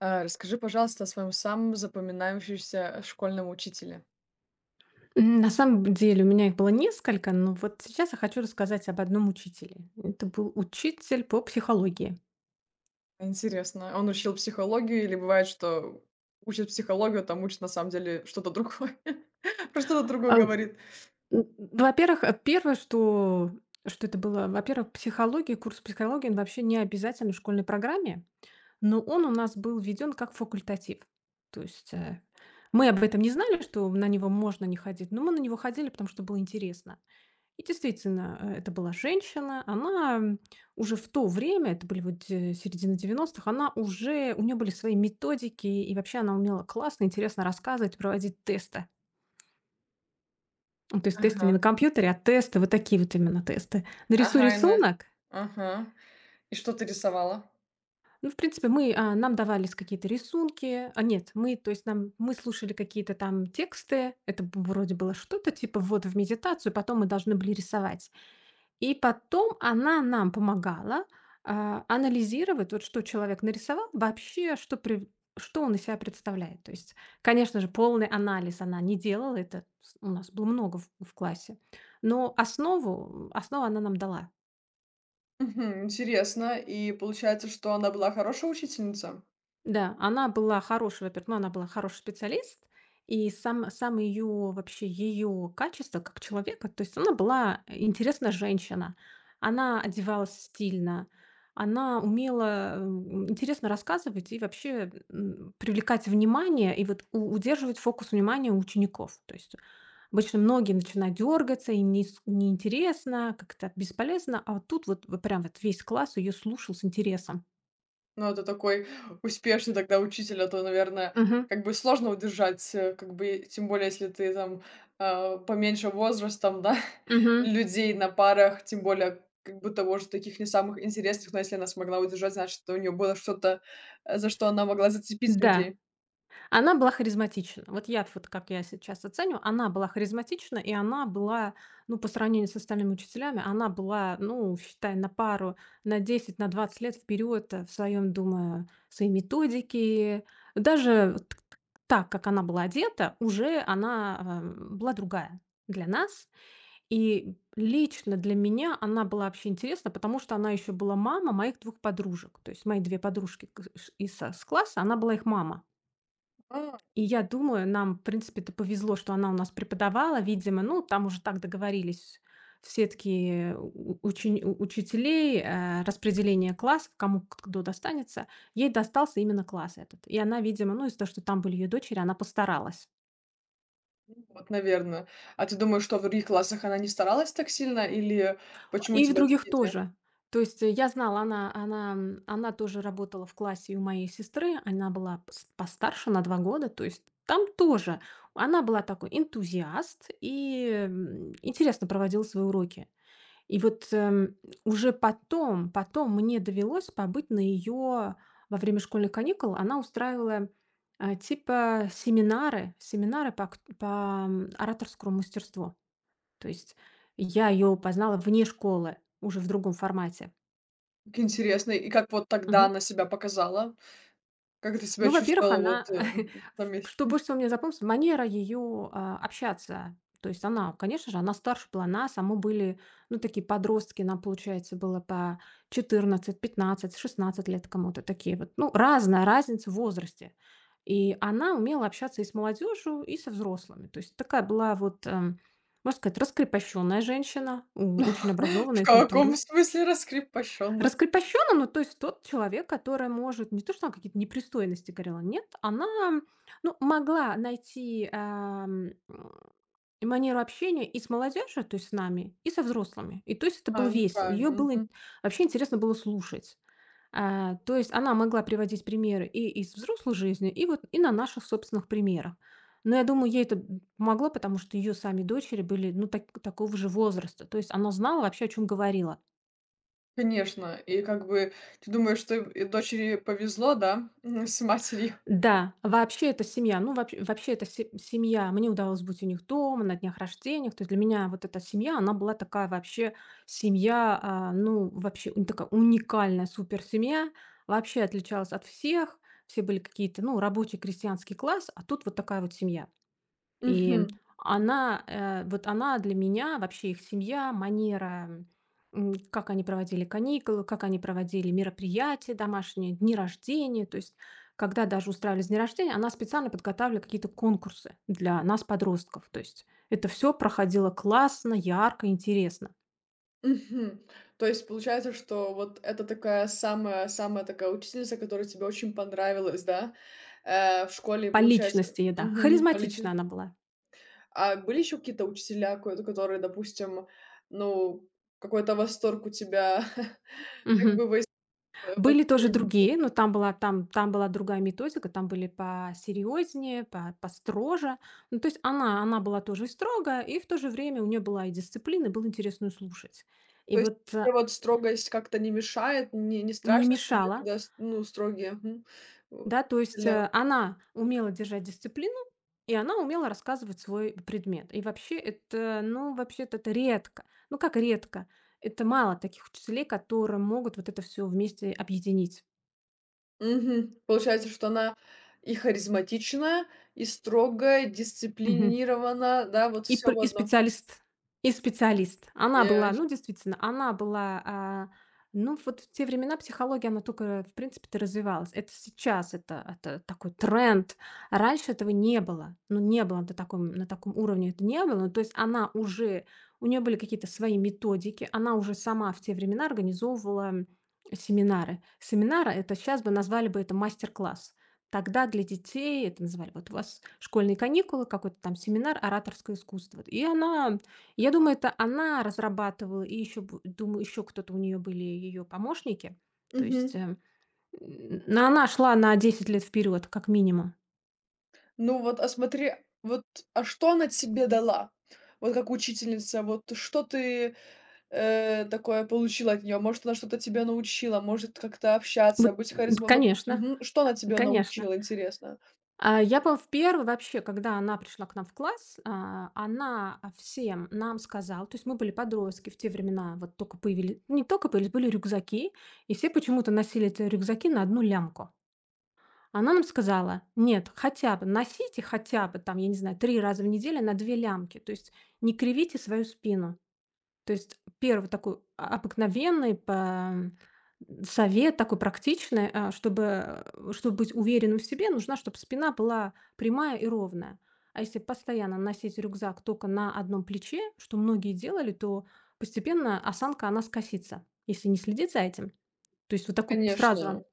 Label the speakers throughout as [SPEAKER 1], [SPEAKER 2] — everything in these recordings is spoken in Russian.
[SPEAKER 1] Расскажи, пожалуйста, о своем самом запоминающемся школьном учителе.
[SPEAKER 2] На самом деле у меня их было несколько, но вот сейчас я хочу рассказать об одном учителе. Это был учитель по психологии.
[SPEAKER 1] Интересно, он учил психологию или бывает, что учит психологию, а там учит на самом деле что-то другое? Про что-то другое
[SPEAKER 2] А,
[SPEAKER 1] говорит.
[SPEAKER 2] во-первых, первое, что это было, во-первых, психология, курс психологии, он вообще не обязателен в школьной программе, но он у нас был введен как факультатив. То есть, мы об этом не знали, что на него можно не ходить, но мы на него ходили, потому что было интересно. И действительно, это была женщина. Она, уже в то время, это были середина 90-х, она уже у нее были свои методики, и вообще она умела классно, интересно рассказывать, проводить тесты. Ну, то есть тесты не
[SPEAKER 1] Ага.
[SPEAKER 2] на компьютере, а тесты, вот такие вот именно тесты. «Нарисуй
[SPEAKER 1] Ага, и
[SPEAKER 2] рисунок».
[SPEAKER 1] Ага. И что ты рисовала?
[SPEAKER 2] Ну, в принципе, нам давались какие-то рисунки. А, нет, то есть нам мы слушали какие-то там тексты. Это б вроде было что-то типа вот в медитацию, потом мы должны были рисовать. И потом она нам помогала, анализировать, вот что человек нарисовал, вообще, что он из себя представляет. То есть, конечно же, полный анализ она не делала, это с у нас было много в классе, но основу, основу она нам дала.
[SPEAKER 1] Интересно. И получается, что она была хорошая учительница?
[SPEAKER 2] Да, она была хорошая, во-первых, ну, она была хороший специалист, и сам ее, вообще ее качество как человека, то есть она была интересная женщина, она одевалась стильно, она умела интересно рассказывать и вообще привлекать внимание и вот удерживать фокус внимания у учеников. То есть обычно многие начинают дергаться, и не, неинтересно, как-то бесполезно, а вот тут вот, вот прям вот весь класс ее слушал с интересом.
[SPEAKER 1] Ну, это такой успешный тогда учитель, а то, наверное,
[SPEAKER 2] Мгм.
[SPEAKER 1] как бы сложно удержать, как бы, тем более, если ты там, поменьше возрастом, да,
[SPEAKER 2] Мгм.
[SPEAKER 1] людей на парах, тем более, как бы того же таких не самых интересных, но если она смогла удержать, значит, у нее было что-то, за что она могла зацепить
[SPEAKER 2] Да.
[SPEAKER 1] людей.
[SPEAKER 2] Она была харизматична. Вот как я сейчас оценю, она была харизматична, и она была, ну, по сравнению с остальными учителями, она была, ну, считай, на пару, на 10 на 20 лет вперед думаю, своей методике. Даже вот так, как она была одета, уже она была другая для нас. И лично для меня она была вообще интересна, потому что она еще была мама моих двух подружек. То есть мои две подружки с класса, она была их мама.
[SPEAKER 1] А,
[SPEAKER 2] И я думаю, нам, в принципе-то, повезло, что она у нас преподавала, видимо, ну, там уже так договорились все такие учителей, распределение классов, кому кто достанется. Ей достался именно класс этот. И она, видимо, ну, из-за того, что там были ее дочери, она постаралась.
[SPEAKER 1] ну вот, наверное. А ты думаешь, что в других классах она не старалась так сильно, или почему у
[SPEAKER 2] И в
[SPEAKER 1] тебя
[SPEAKER 2] других
[SPEAKER 1] такие те
[SPEAKER 2] тоже. То есть, я знала, она тоже работала в классе и у моей сестры, она была пс постарше на 2 года, то есть там тоже она была такой энтузиаст и, интересно проводила свои уроки. И вот, уже потом мне довелось побыть на ее во время школьных каникул она устраивала, типа семинары по ораторскому мастерству. То есть я ее познала вне школы, уже в другом формате.
[SPEAKER 1] интересные, и как вот тогда
[SPEAKER 2] Мгм.
[SPEAKER 1] она себя показала? Как ты
[SPEAKER 2] Ну,
[SPEAKER 1] себя
[SPEAKER 2] во-первых,
[SPEAKER 1] чувствовала вот,
[SPEAKER 2] она,
[SPEAKER 1] на
[SPEAKER 2] в
[SPEAKER 1] месте?
[SPEAKER 2] что больше всего мне запомнилось, манера ее общаться. То есть она, конечно же, она старше была нас, а мы были, ну, такие подростки. Нам, получается, было по 14, 15, 16 лет кому-то. Такие вот, ну, разная разница в возрасте. И она умела общаться и с молодежью, и со взрослыми. То есть такая была вот, можно сказать, раскрепощенная женщина, очень
[SPEAKER 1] В
[SPEAKER 2] образованная и
[SPEAKER 1] каком
[SPEAKER 2] культурная.
[SPEAKER 1] смысле раскрепощенно?
[SPEAKER 2] Раскрепощённая, ну, то есть тот человек, который может не то, что она какие-то непристойности говорила, нет, она, ну, могла найти, манеру общения и с молодежью, то есть с нами, и со взрослыми. И то есть это было
[SPEAKER 1] Ну
[SPEAKER 2] весело. Её
[SPEAKER 1] правильно,
[SPEAKER 2] было ин
[SPEAKER 1] мгм.
[SPEAKER 2] Вообще интересно было слушать. А, то есть она могла приводить примеры и из взрослой жизни, и вот и на наших собственных примерах. Но я думаю, ей это, помогло, потому что её сами дочери были, ну, такого же возраста. То есть она знала вообще, о чём говорила.
[SPEAKER 1] Конечно. И как бы ты думаешь, что и дочери повезло, да, с матерью?
[SPEAKER 2] Да, вообще это семья. Ну, вообще это се семья. Мне удалось быть у них дома, на днях рождениях. То есть для меня вот эта семья, она была такая вообще семья, ну, вообще у такая уникальная суперсемья. Вообще отличалась от всех. Все были какие-то, ну, рабочий крестьянский класс, а тут вот такая вот семья. И
[SPEAKER 1] Мгм,
[SPEAKER 2] вот она для меня, вообще их семья, манера, как они проводили каникулы, как они проводили мероприятия домашние, дни рождения. То есть, когда даже устраивались дни рождения, она специально подготавливала какие-то конкурсы для нас, подростков. То есть, это все проходило классно, ярко, интересно.
[SPEAKER 1] мгм. То есть получается, что вот это такая самая самая такая учительница, которая тебе очень понравилась, да, в школе,
[SPEAKER 2] По
[SPEAKER 1] получается.
[SPEAKER 2] личности, и да,
[SPEAKER 1] Мгм, по
[SPEAKER 2] харизматична
[SPEAKER 1] личн
[SPEAKER 2] она была.
[SPEAKER 1] А были еще какие-то учителя, ко которые, допустим, ну, какой-то восторг у тебя. как
[SPEAKER 2] Мгм.
[SPEAKER 1] бы вось
[SPEAKER 2] Были тоже другие, но там была другая методика, там были посерьезнее, по построже. Ну, то есть она была тоже и строгая, и в то же время у нее была и дисциплина, и было интересно её слушать. И
[SPEAKER 1] То есть
[SPEAKER 2] вот,
[SPEAKER 1] тебе вот строгость как-то не мешает? Не
[SPEAKER 2] не
[SPEAKER 1] страшно тебе,
[SPEAKER 2] мешала,
[SPEAKER 1] когда с ну, строгие, вот
[SPEAKER 2] да, то есть,
[SPEAKER 1] учителя?
[SPEAKER 2] она умела держать дисциплину, и она умела рассказывать свой предмет. И вообще это, ну, вообще-то это редко. Ну, как редко? Это мало таких учителей, которые могут вот это все вместе объединить.
[SPEAKER 1] Мгм. Получается, что она и харизматичная, и строгая, дисциплинирована, да, вот
[SPEAKER 2] И пр
[SPEAKER 1] все в
[SPEAKER 2] и
[SPEAKER 1] одном.
[SPEAKER 2] специалист, и специалист. Она
[SPEAKER 1] Я
[SPEAKER 2] была,
[SPEAKER 1] ч
[SPEAKER 2] ну, действительно, она была, ну, вот в те времена психология, она только, в принципе-то, развивалась. Это сейчас, это такой тренд. Раньше этого не было. Ну, не было на таком уровне, это не было. Ну, то есть она уже у нее были какие-то свои методики, она уже сама в те времена организовывала семинары. Семинары- это сейчас бы назвали бы это мастер-класс. Тогда для детей это называли: «Вот у вас школьные каникулы, какой-то там семинар «Ораторское искусство». И она, я думаю, это она разрабатывала, и еще, б думаю, еще кто-то, у нее были ее помощники. То
[SPEAKER 1] Мгм.
[SPEAKER 2] есть, н она шла на 10 лет вперед, как минимум.
[SPEAKER 1] Ну вот, а смотри, вот, а что она тебе дала? Вот как учительница, вот что ты, такое получила от нее. Может, она что-то тебя научила, может, как-то общаться,
[SPEAKER 2] Вот, конечно,
[SPEAKER 1] мгм. Что она тебя
[SPEAKER 2] конечно.
[SPEAKER 1] научила, интересно?
[SPEAKER 2] А, я был в первый вообще, когда она пришла к нам в класс, она, всем нам сказала, то есть мы были подростки в те времена, вот только появились, не только появились, были рюкзаки, и все почему-то носили эти рюкзаки на одну лямку. Она нам сказала: «Нет, хотя бы носите хотя бы там, я не знаю, 3 раза в неделю на 2 лямки, то есть не кривите свою спину». То есть первый такой обыкновенный по Совет такой практичный, чтобы быть уверенным в себе, нужна, чтобы спина была прямая и ровная. А если постоянно носить рюкзак только на одном плече, что многие делали, то постепенно осанка, она скосится, если не следить за этим. То есть вот такой сразу же,
[SPEAKER 1] Конечно,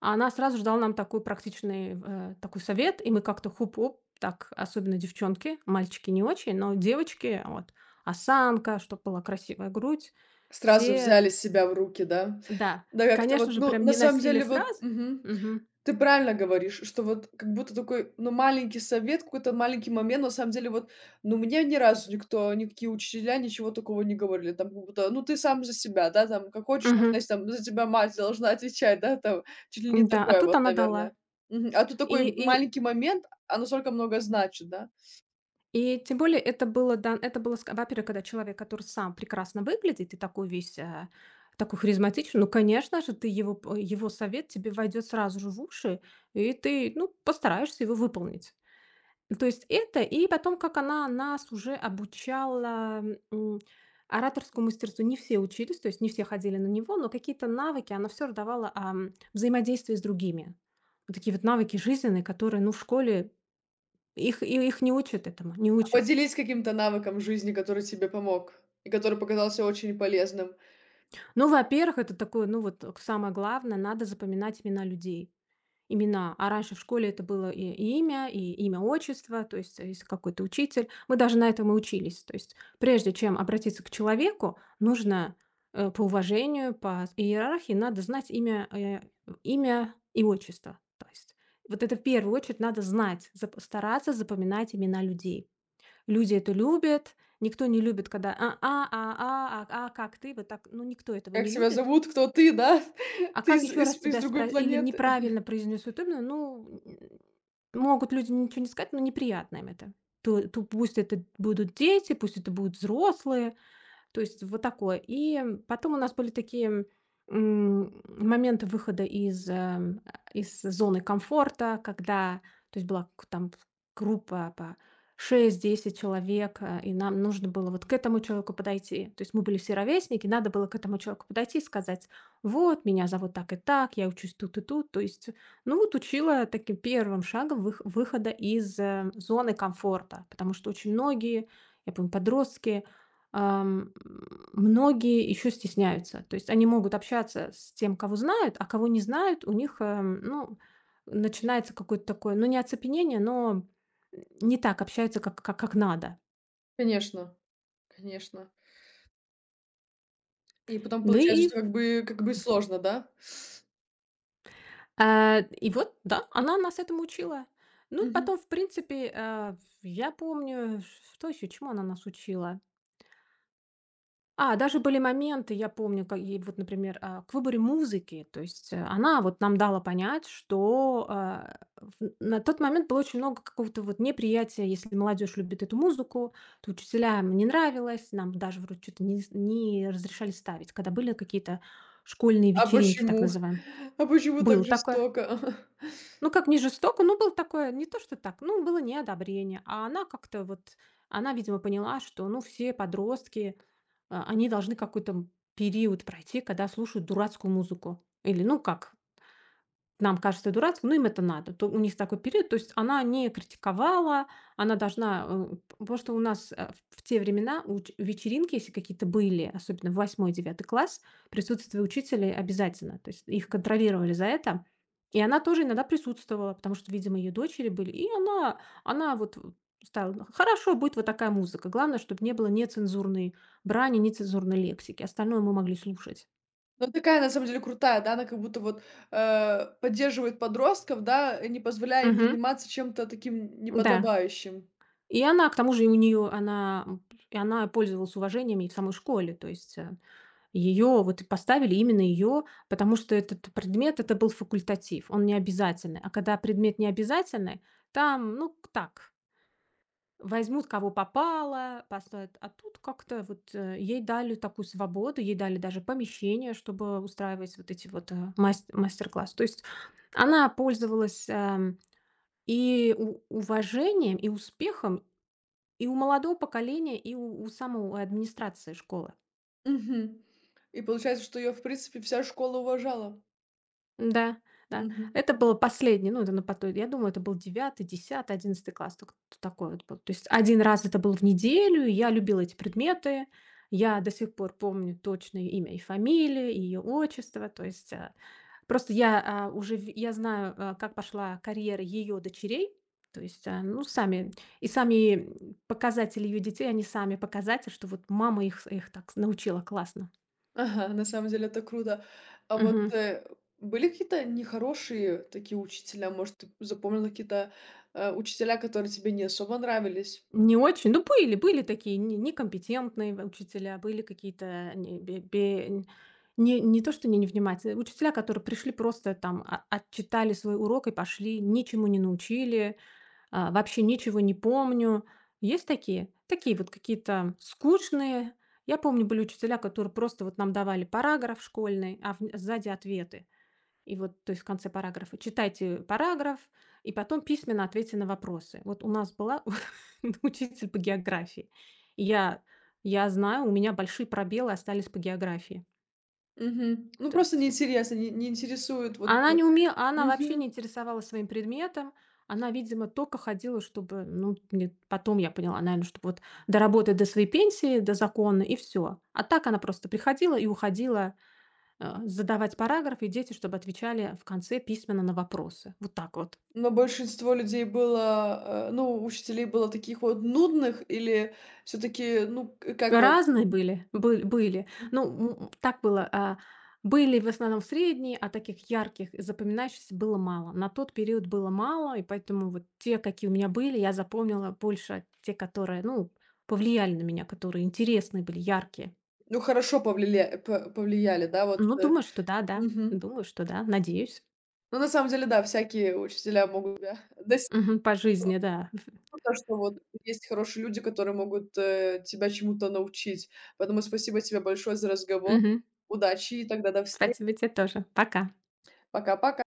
[SPEAKER 2] она сразу же дала нам такой практичный такой совет, и мы как-то хуп-оп, так, особенно девчонки, мальчики не очень, но девочки, вот, осанка, чтобы была красивая грудь,
[SPEAKER 1] сразу
[SPEAKER 2] все
[SPEAKER 1] взяли себя в руки, да?
[SPEAKER 2] да,
[SPEAKER 1] Да, как-то
[SPEAKER 2] конечно
[SPEAKER 1] вот,
[SPEAKER 2] же,
[SPEAKER 1] ну,
[SPEAKER 2] прям
[SPEAKER 1] на
[SPEAKER 2] не
[SPEAKER 1] самом
[SPEAKER 2] насилие
[SPEAKER 1] деле вот,
[SPEAKER 2] сразу. Мгм.
[SPEAKER 1] ты правильно говоришь, что вот как будто такой, ну, маленький совет, какой-то маленький момент, на самом деле вот, ну, мне ни разу никто, никакие учителя ничего такого не говорили, там, как будто, ну, ты сам за себя, да, там, как хочешь, так,
[SPEAKER 2] Мгм.
[SPEAKER 1] значит, там, за тебя мать должна отвечать, да, там, чуть ли не
[SPEAKER 2] Да, а
[SPEAKER 1] такое
[SPEAKER 2] тут
[SPEAKER 1] вот,
[SPEAKER 2] она дала.
[SPEAKER 1] наверное. Мгм. А тут такой
[SPEAKER 2] И и
[SPEAKER 1] маленький момент, а настолько много значит, да?
[SPEAKER 2] и тем более это было да, это было ска во-первых, когда человек, который сам прекрасно выглядит и такой весь, такой харизматичный, ну, конечно же, ты его п его совет тебе войдет сразу же в уши, и ты, ну, постараешься его выполнить. То есть это, и потом, как она нас уже обучала, м, ораторскому мастерству. Не все учились, то есть не все ходили на него, но какие-то навыки она все р давала с другими. Вот такие вот навыки жизненные, которые, ну, в школе их не учат этому, не учат.
[SPEAKER 1] Поделись каким-то навыком жизни, который тебе помог и который показался очень полезным.
[SPEAKER 2] Ну, во-первых, это такое, ну, вот, самое главное, надо запоминать имена людей. Имена, а раньше в школе это было и имя, и имя отчество, то есть если какой-то учитель. Мы даже на этом и учились. То есть прежде чем обратиться к человеку, нужно по уважению, по иерархии надо знать имя, имя и отчество. То есть вот это в первую очередь надо знать, стараться запоминать имена людей. Люди это любят, никто не любит, когда как ты, вот так, ну никто этого
[SPEAKER 1] Как
[SPEAKER 2] не
[SPEAKER 1] тебя
[SPEAKER 2] любит.
[SPEAKER 1] зовут? Кто ты, да?
[SPEAKER 2] А
[SPEAKER 1] Ты
[SPEAKER 2] как
[SPEAKER 1] из
[SPEAKER 2] еще раз
[SPEAKER 1] из из
[SPEAKER 2] тебя спро
[SPEAKER 1] другой
[SPEAKER 2] или
[SPEAKER 1] планеты?
[SPEAKER 2] неправильно произнесут имя, ну, могут люди ничего не сказать, но неприятно им это. То пусть это будут дети, пусть это будут взрослые. То есть вот такое. И потом у нас были такие, моменты выхода из зоны комфорта, когда, то есть была к там группа по 6-10 человек, и нам нужно было вот к этому человеку подойти. То есть мы были все ровесники, надо было к этому человеку подойти и сказать, вот, меня зовут так и так, я учусь тут и тут. То есть, ну вот учила таким первым шагом выхода из зоны комфорта, потому что очень многие, я помню, подростки, Ам, многие еще стесняются. То есть они могут общаться с тем, кого знают, а кого не знают, у них, ну, начинается какое-то такое, ну, не оцепенение, но не так общаются, как надо.
[SPEAKER 1] Конечно, конечно. И потом
[SPEAKER 2] Ну
[SPEAKER 1] получается,
[SPEAKER 2] и,
[SPEAKER 1] что как бы сложно, да?
[SPEAKER 2] и вот, да, она нас этому учила. Ну,
[SPEAKER 1] Мгм.
[SPEAKER 2] потом, в принципе, я помню, что еще, чему она нас учила. А, даже были моменты, я помню, как и вот, например, к выборе музыки. То есть, она вот нам дала понять, что, в на тот момент было очень много какого-то вот неприятия, если молодежь любит эту музыку, то учителям не нравилось, нам даже вроде что то не разрешали ставить, когда были какие-то школьные
[SPEAKER 1] А
[SPEAKER 2] вечеринки, так
[SPEAKER 1] почему?
[SPEAKER 2] называемые.
[SPEAKER 1] А почему
[SPEAKER 2] Было
[SPEAKER 1] так
[SPEAKER 2] такое.
[SPEAKER 1] жестоко?
[SPEAKER 2] Ну, как не жестоко, но было такое, не то что так, ну, было неодобрение. А она как-то вот, она, видимо, поняла, что, ну, все подростки они должны какой-то, период пройти, когда слушают дурацкую музыку. Или, ну, как, нам кажется дурацким, но им это надо. То у них такой период. То есть она не критиковала, она должна, потому что у нас, в те времена уч вечеринки, если какие-то были, особенно в восьмой-девятый класс, присутствие учителей обязательно. То есть их контролировали за это. И она тоже иногда присутствовала, потому что, видимо, ее дочери были. И она вот в ставила: "Хорошо, будет вот такая музыка. Главное, чтобы не было нецензурной брани, нецензурной лексики. Остальное мы могли слушать".
[SPEAKER 1] Ну, такая, на самом деле, крутая, да, она как будто вот, поддерживает подростков, да, не позволяя им
[SPEAKER 2] Мгм.
[SPEAKER 1] заниматься чем-то таким
[SPEAKER 2] Да.
[SPEAKER 1] неподобающим.
[SPEAKER 2] И она, к тому же, и у нее она м, и она пользовалась уважением и в самой школе. То есть, ее вот и поставили именно ее, потому что этот предмет - это был факультатив, он не обязательный. А когда предмет не обязательный, там, ну, к так, возьмут кого попало, поставят. А тут как-то вот, ей дали такую свободу, ей дали даже помещение, чтобы устраивать вот эти вот, мастер-классы. То есть она пользовалась, и у уважением, и успехом, и у молодого поколения, и у самой администрации школы.
[SPEAKER 1] Мгм. И получается, что ее в принципе, вся школа уважала.
[SPEAKER 2] Да, да.
[SPEAKER 1] Мгм.
[SPEAKER 2] Это было последнее, ну, это на потом, я думаю, это был девятый, десятый, одиннадцатый класс, только т такое вот было. То есть один раз это было в неделю, и я любила эти предметы. Я до сих пор помню точное имя и фамилию, и ее отчество. То есть, просто уже в я знаю, как пошла карьера ее дочерей. То есть, ну, сами, показатели ее детей, они сами показатели, что вот мама их так научила классно.
[SPEAKER 1] Ага, на самом деле это круто. А вот,
[SPEAKER 2] Мгм.
[SPEAKER 1] были какие-то нехорошие такие учителя? Может, ты запомнила какие-то, учителя, которые тебе не особо нравились?
[SPEAKER 2] Не очень. Ну, были такие не некомпетентные в учителя, были какие-то не то, что не невнимательные, учителя, которые пришли просто там, отчитали свой урок и пошли, ничему не научили, вообще ничего не помню. Есть такие? Такие вот какие-то скучные. Я помню, были учителя, которые просто вот нам давали параграф школьный, а в сзади ответы. И вот, то есть в конце параграфа читайте параграф и потом письменно ответьте на вопросы. Вот у нас была учитель по географии. И я знаю, у меня большие пробелы остались по географии.
[SPEAKER 1] Мгм. Ну,
[SPEAKER 2] То
[SPEAKER 1] просто
[SPEAKER 2] есть
[SPEAKER 1] неинтересно, не интересует вот,
[SPEAKER 2] она
[SPEAKER 1] э
[SPEAKER 2] не умела, она вообще не
[SPEAKER 1] Мгм.
[SPEAKER 2] интересовалась своим предметом. Она, видимо, только ходила, чтобы, ну, мне потом я поняла, наверное, чтобы вот доработать до своей пенсии, до закона и все. А так она просто приходила и уходила задавать параграф, и дети, чтобы отвечали в конце письменно на вопросы. Вот так вот.
[SPEAKER 1] Но большинство людей было, ну, учителей было таких вот нудных или все таки ну, к как вот,
[SPEAKER 2] Разные были, бы были. Ну, так было, были в основном средние, а таких ярких, и запоминающихся было мало. На тот период было мало, и поэтому вот те, какие у меня были, я запомнила больше те, которые, ну, повлияли на меня, которые интересные были, яркие.
[SPEAKER 1] ну, хорошо повлиля повлияли, да, вот,
[SPEAKER 2] Ну,
[SPEAKER 1] э?
[SPEAKER 2] думаю, что да, да.
[SPEAKER 1] Мгм.
[SPEAKER 2] Думаю, что да. Надеюсь.
[SPEAKER 1] Ну, на самом деле, да, всякие учителя могут, да.
[SPEAKER 2] Мгм. По жизни, да.
[SPEAKER 1] Круто, что вот есть хорошие люди, которые могут, тебя чему-то научить. Поэтому спасибо тебе большое за разговор.
[SPEAKER 2] Мгм.
[SPEAKER 1] Удачи и тогда до встречи.
[SPEAKER 2] Спасибо тебе тоже. Пока.
[SPEAKER 1] Пока-пока.